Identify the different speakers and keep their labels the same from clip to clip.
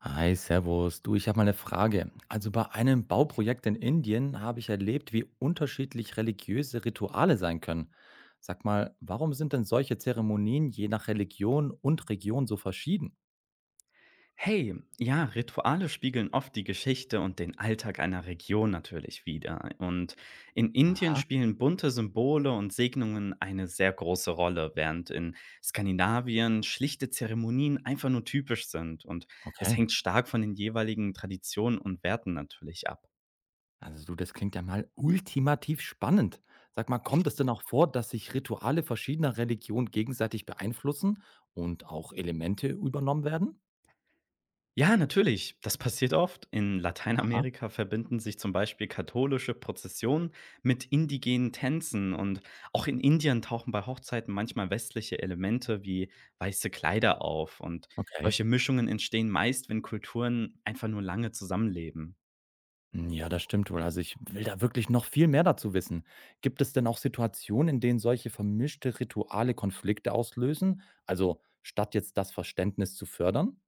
Speaker 1: Hi, Servus. Du, ich habe mal eine Frage. Also bei einem Bauprojekt in Indien habe ich erlebt, wie unterschiedlich religiöse Rituale sein können. Sag mal, warum sind denn solche Zeremonien je nach Religion und Region so verschieden?
Speaker 2: Hey, ja, Rituale spiegeln oft die Geschichte und den Alltag einer Region natürlich wider. Und in Indien spielen bunte Symbole und Segnungen eine sehr große Rolle, während in Skandinavien schlichte Zeremonien einfach nur typisch sind. Und das
Speaker 1: Okay.
Speaker 2: hängt stark von den jeweiligen Traditionen und Werten natürlich ab.
Speaker 1: Also du, das klingt ja mal ultimativ spannend. Sag mal, kommt es denn auch vor, dass sich Rituale verschiedener Religionen gegenseitig beeinflussen und auch Elemente übernommen werden?
Speaker 2: Ja, natürlich. Das passiert oft. In
Speaker 1: Aha.
Speaker 2: Lateinamerika verbinden sich zum Beispiel katholische Prozessionen mit indigenen Tänzen und auch in Indien tauchen bei Hochzeiten manchmal westliche Elemente wie weiße Kleider auf, und
Speaker 1: Okay.
Speaker 2: solche Mischungen entstehen meist, wenn Kulturen einfach nur lange zusammenleben.
Speaker 1: Hm, ja, das stimmt wohl. Also, ich will da wirklich noch viel mehr dazu wissen. Gibt es denn auch Situationen, in denen solche vermischte Rituale Konflikte auslösen? Also, statt jetzt das Verständnis zu fördern?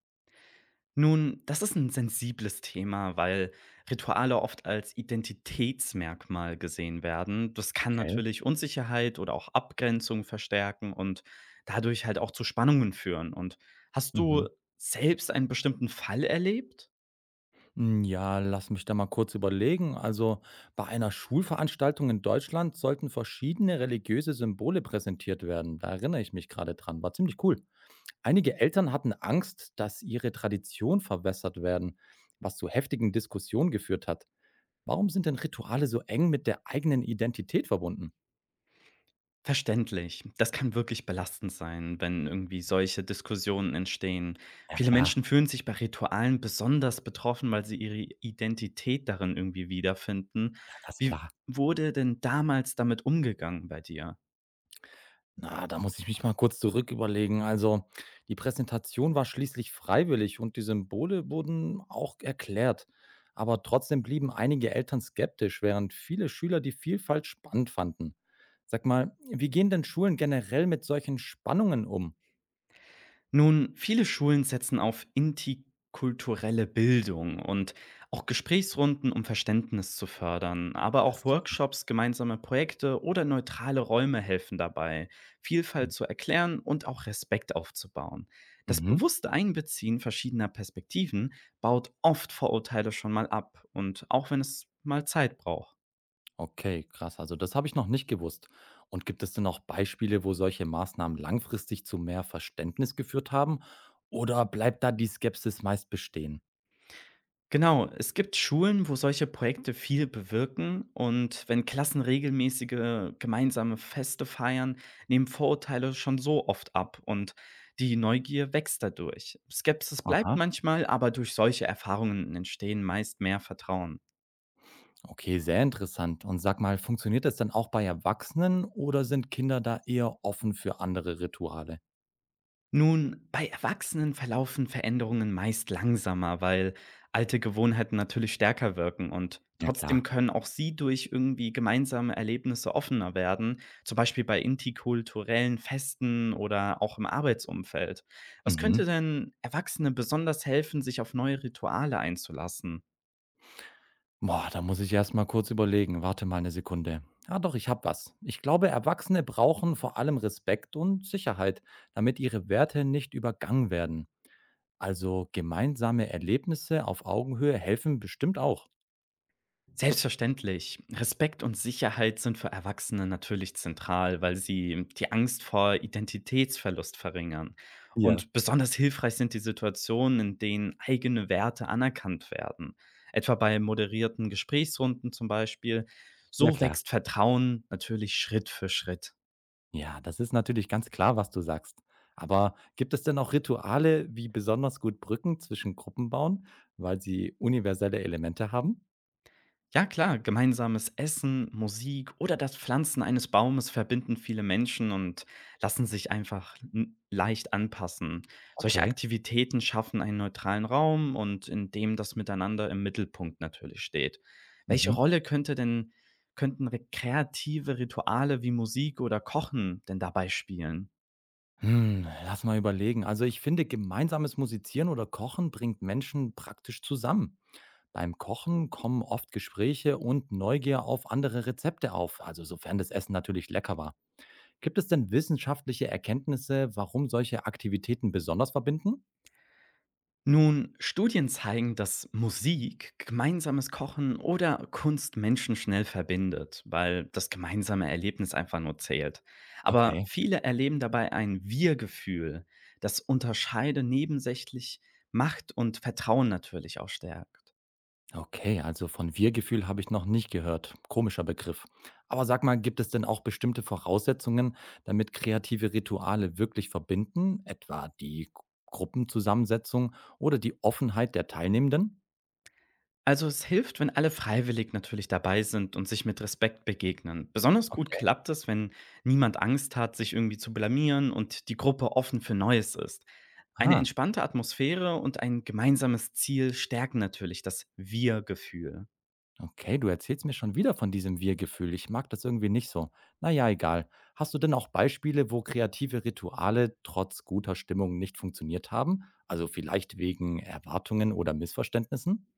Speaker 2: Nun, das ist ein sensibles Thema, weil Rituale oft als Identitätsmerkmal gesehen werden. Das kann
Speaker 1: Okay.
Speaker 2: natürlich Unsicherheit oder auch Abgrenzung verstärken und dadurch halt auch zu Spannungen führen. Und hast
Speaker 1: Mhm.
Speaker 2: du selbst einen bestimmten Fall erlebt?
Speaker 1: Hm, ja, lass mich da mal kurz überlegen. Also bei einer Schulveranstaltung in Deutschland sollten verschiedene religiöse Symbole präsentiert werden. Da erinnere ich mich gerade dran. War ziemlich cool. Einige Eltern hatten Angst, dass ihre Tradition verwässert werden, was zu heftigen Diskussionen geführt hat. Warum sind denn Rituale so eng mit der eigenen Identität verbunden?
Speaker 2: Verständlich. Das kann wirklich belastend sein, wenn irgendwie solche Diskussionen entstehen.
Speaker 1: Ja
Speaker 2: Viele
Speaker 1: klar,
Speaker 2: Menschen fühlen sich bei Ritualen besonders betroffen, weil sie ihre Identität darin irgendwie wiederfinden.
Speaker 1: ja, das ist
Speaker 2: Wie
Speaker 1: klar.
Speaker 2: wurde denn damals damit umgegangen bei dir?
Speaker 1: Na, da muss ich mich mal kurz zurück überlegen. Also, die Präsentation war schließlich freiwillig und die Symbole wurden auch erklärt. Aber trotzdem blieben einige Eltern skeptisch, während viele Schüler die Vielfalt spannend fanden. Sag mal, wie gehen denn Schulen generell mit solchen Spannungen um?
Speaker 2: Nun, viele Schulen setzen auf interkulturelle Bildung und auch Gesprächsrunden, um Verständnis zu fördern. Aber auch
Speaker 1: Das.
Speaker 2: Workshops, gemeinsame Projekte oder neutrale Räume helfen dabei, Vielfalt zu erklären und auch Respekt aufzubauen. Das
Speaker 1: Mhm.
Speaker 2: bewusste Einbeziehen verschiedener Perspektiven baut oft Vorurteile schon mal ab, und auch wenn es mal Zeit braucht.
Speaker 1: Okay, krass. Also das habe ich noch nicht gewusst. Und gibt es denn auch Beispiele, wo solche Maßnahmen langfristig zu mehr Verständnis geführt haben? Oder bleibt da die Skepsis meist bestehen?
Speaker 2: Genau, es gibt Schulen, wo solche Projekte viel bewirken, und wenn Klassen regelmäßige gemeinsame Feste feiern, nehmen Vorurteile schon so oft ab und die Neugier wächst dadurch. Skepsis bleibt
Speaker 1: Aha.
Speaker 2: manchmal, aber durch solche Erfahrungen entstehen meist mehr Vertrauen.
Speaker 1: Okay, sehr interessant. Und sag mal, funktioniert das dann auch bei Erwachsenen oder sind Kinder da eher offen für andere Rituale?
Speaker 2: Nun, bei Erwachsenen verlaufen Veränderungen meist langsamer, weil alte Gewohnheiten natürlich stärker wirken, und
Speaker 1: Ja,
Speaker 2: trotzdem
Speaker 1: klar.
Speaker 2: können auch sie durch irgendwie gemeinsame Erlebnisse offener werden, zum Beispiel bei interkulturellen Festen oder auch im Arbeitsumfeld. Was
Speaker 1: Mhm.
Speaker 2: könnte denn Erwachsene besonders helfen, sich auf neue Rituale einzulassen?
Speaker 1: Boah, da muss ich erst mal kurz überlegen. Warte mal eine Sekunde. Ah, doch, ich habe was. Ich glaube, Erwachsene brauchen vor allem Respekt und Sicherheit, damit ihre Werte nicht übergangen werden. Also gemeinsame Erlebnisse auf Augenhöhe helfen bestimmt auch.
Speaker 2: Selbstverständlich. Respekt und Sicherheit sind für Erwachsene natürlich zentral, weil sie die Angst vor Identitätsverlust verringern.
Speaker 1: Ja,
Speaker 2: Und besonders hilfreich sind die Situationen, in denen eigene Werte anerkannt werden. Etwa bei moderierten Gesprächsrunden zum Beispiel.
Speaker 1: ja
Speaker 2: So
Speaker 1: klar.
Speaker 2: wächst Vertrauen natürlich Schritt für Schritt.
Speaker 1: Ja, das ist natürlich ganz klar, was du sagst. Aber gibt es denn auch Rituale, wie besonders gut Brücken zwischen Gruppen bauen, weil sie universelle Elemente haben?
Speaker 2: Ja klar, gemeinsames Essen, Musik oder das Pflanzen eines Baumes verbinden viele Menschen und lassen sich einfach leicht anpassen. Solche
Speaker 1: Okay.
Speaker 2: Aktivitäten schaffen einen neutralen Raum, und in dem das Miteinander im Mittelpunkt natürlich steht. Welche
Speaker 1: Mhm.
Speaker 2: Rolle könnten kreative Rituale wie Musik oder Kochen denn dabei spielen?
Speaker 1: Hm, lass mal überlegen. Also ich finde, gemeinsames Musizieren oder Kochen bringt Menschen praktisch zusammen. Beim Kochen kommen oft Gespräche und Neugier auf andere Rezepte auf, also sofern das Essen natürlich lecker war. Gibt es denn wissenschaftliche Erkenntnisse, warum solche Aktivitäten besonders verbinden?
Speaker 2: Nun, Studien zeigen, dass Musik, gemeinsames Kochen oder Kunst Menschen schnell verbindet, weil das gemeinsame Erlebnis einfach nur zählt. Aber
Speaker 1: Okay.
Speaker 2: viele erleben dabei ein Wir-Gefühl, das Unterscheide nebensächlich macht und Vertrauen natürlich auch stärkt.
Speaker 1: Okay, also von Wir-Gefühl habe ich noch nicht gehört. Komischer Begriff. Aber sag mal, gibt es denn auch bestimmte Voraussetzungen, damit kreative Rituale wirklich verbinden? Etwa die Gruppenzusammensetzung oder die Offenheit der Teilnehmenden?
Speaker 2: Also es hilft, wenn alle freiwillig natürlich dabei sind und sich mit Respekt begegnen. Besonders gut
Speaker 1: Okay.
Speaker 2: klappt es, wenn niemand Angst hat, sich irgendwie zu blamieren, und die Gruppe offen für Neues ist. Eine
Speaker 1: Ah,
Speaker 2: entspannte Atmosphäre und ein gemeinsames Ziel stärken natürlich das Wir-Gefühl.
Speaker 1: okay, du erzählst mir schon wieder von diesem Wir-Gefühl. Ich mag das irgendwie nicht so. Na ja, egal. Hast du denn auch Beispiele, wo kreative Rituale trotz guter Stimmung nicht funktioniert haben? Also vielleicht wegen Erwartungen oder Missverständnissen?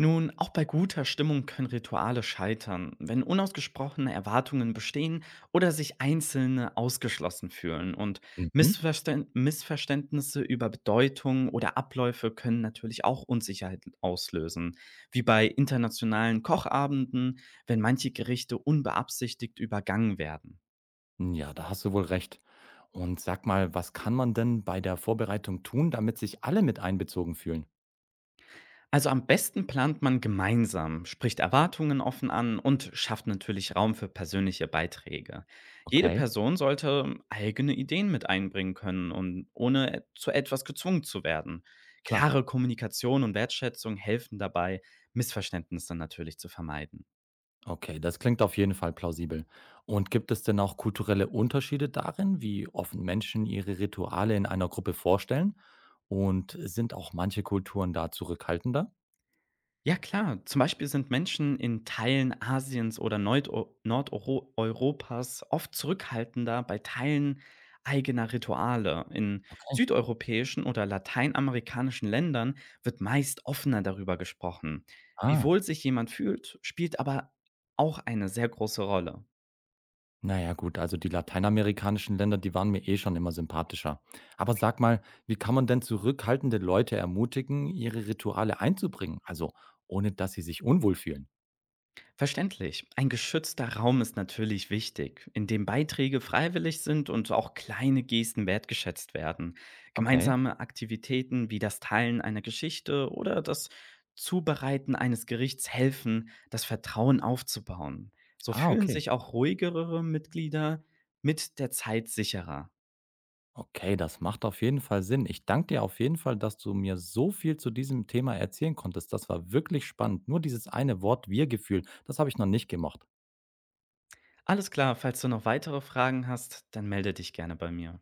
Speaker 2: Nun, auch bei guter Stimmung können Rituale scheitern, wenn unausgesprochene Erwartungen bestehen oder sich Einzelne ausgeschlossen fühlen. Und
Speaker 1: Mhm.
Speaker 2: Missverständnisse über Bedeutung oder Abläufe können natürlich auch Unsicherheit auslösen, wie bei internationalen Kochabenden, wenn manche Gerichte unbeabsichtigt übergangen werden.
Speaker 1: Ja, da hast du wohl recht. Und sag mal, was kann man denn bei der Vorbereitung tun, damit sich alle mit einbezogen fühlen?
Speaker 2: Also am besten plant man gemeinsam, spricht Erwartungen offen an und schafft natürlich Raum für persönliche Beiträge. Jede
Speaker 1: Okay.
Speaker 2: Person sollte eigene Ideen mit einbringen können, ohne zu etwas gezwungen zu werden.
Speaker 1: Klar.
Speaker 2: Klare Kommunikation und Wertschätzung helfen dabei, Missverständnisse natürlich zu vermeiden.
Speaker 1: Okay, das klingt auf jeden Fall plausibel. Und gibt es denn auch kulturelle Unterschiede darin, wie offen Menschen ihre Rituale in einer Gruppe vorstellen? Und sind auch manche Kulturen da zurückhaltender?
Speaker 2: Ja klar, zum Beispiel sind Menschen in Teilen Asiens oder Nordeuropas oft zurückhaltender bei Teilen eigener Rituale. In
Speaker 1: Okay.
Speaker 2: südeuropäischen oder lateinamerikanischen Ländern wird meist offener darüber gesprochen. Wie
Speaker 1: Ah,
Speaker 2: wohl sich jemand fühlt, spielt aber auch eine sehr große Rolle.
Speaker 1: naja gut, also die lateinamerikanischen Länder, die waren mir eh schon immer sympathischer. Aber sag mal, wie kann man denn zurückhaltende Leute ermutigen, ihre Rituale einzubringen? Also ohne dass sie sich unwohl fühlen.
Speaker 2: Verständlich. Ein geschützter Raum ist natürlich wichtig, in dem Beiträge freiwillig sind und auch kleine Gesten wertgeschätzt werden.
Speaker 1: Okay.
Speaker 2: Gemeinsame Aktivitäten wie das Teilen einer Geschichte oder das Zubereiten eines Gerichts helfen, das Vertrauen aufzubauen. So
Speaker 1: Ah,
Speaker 2: fühlen
Speaker 1: okay.
Speaker 2: sich auch ruhigere Mitglieder mit der Zeit sicherer.
Speaker 1: Okay, das macht auf jeden Fall Sinn. Ich danke dir auf jeden Fall, dass du mir so viel zu diesem Thema erzählen konntest. Das war wirklich spannend. Nur dieses eine Wort Wir-Gefühl, das habe ich noch nicht gemocht.
Speaker 2: Alles klar, falls du noch weitere Fragen hast, dann melde dich gerne bei mir.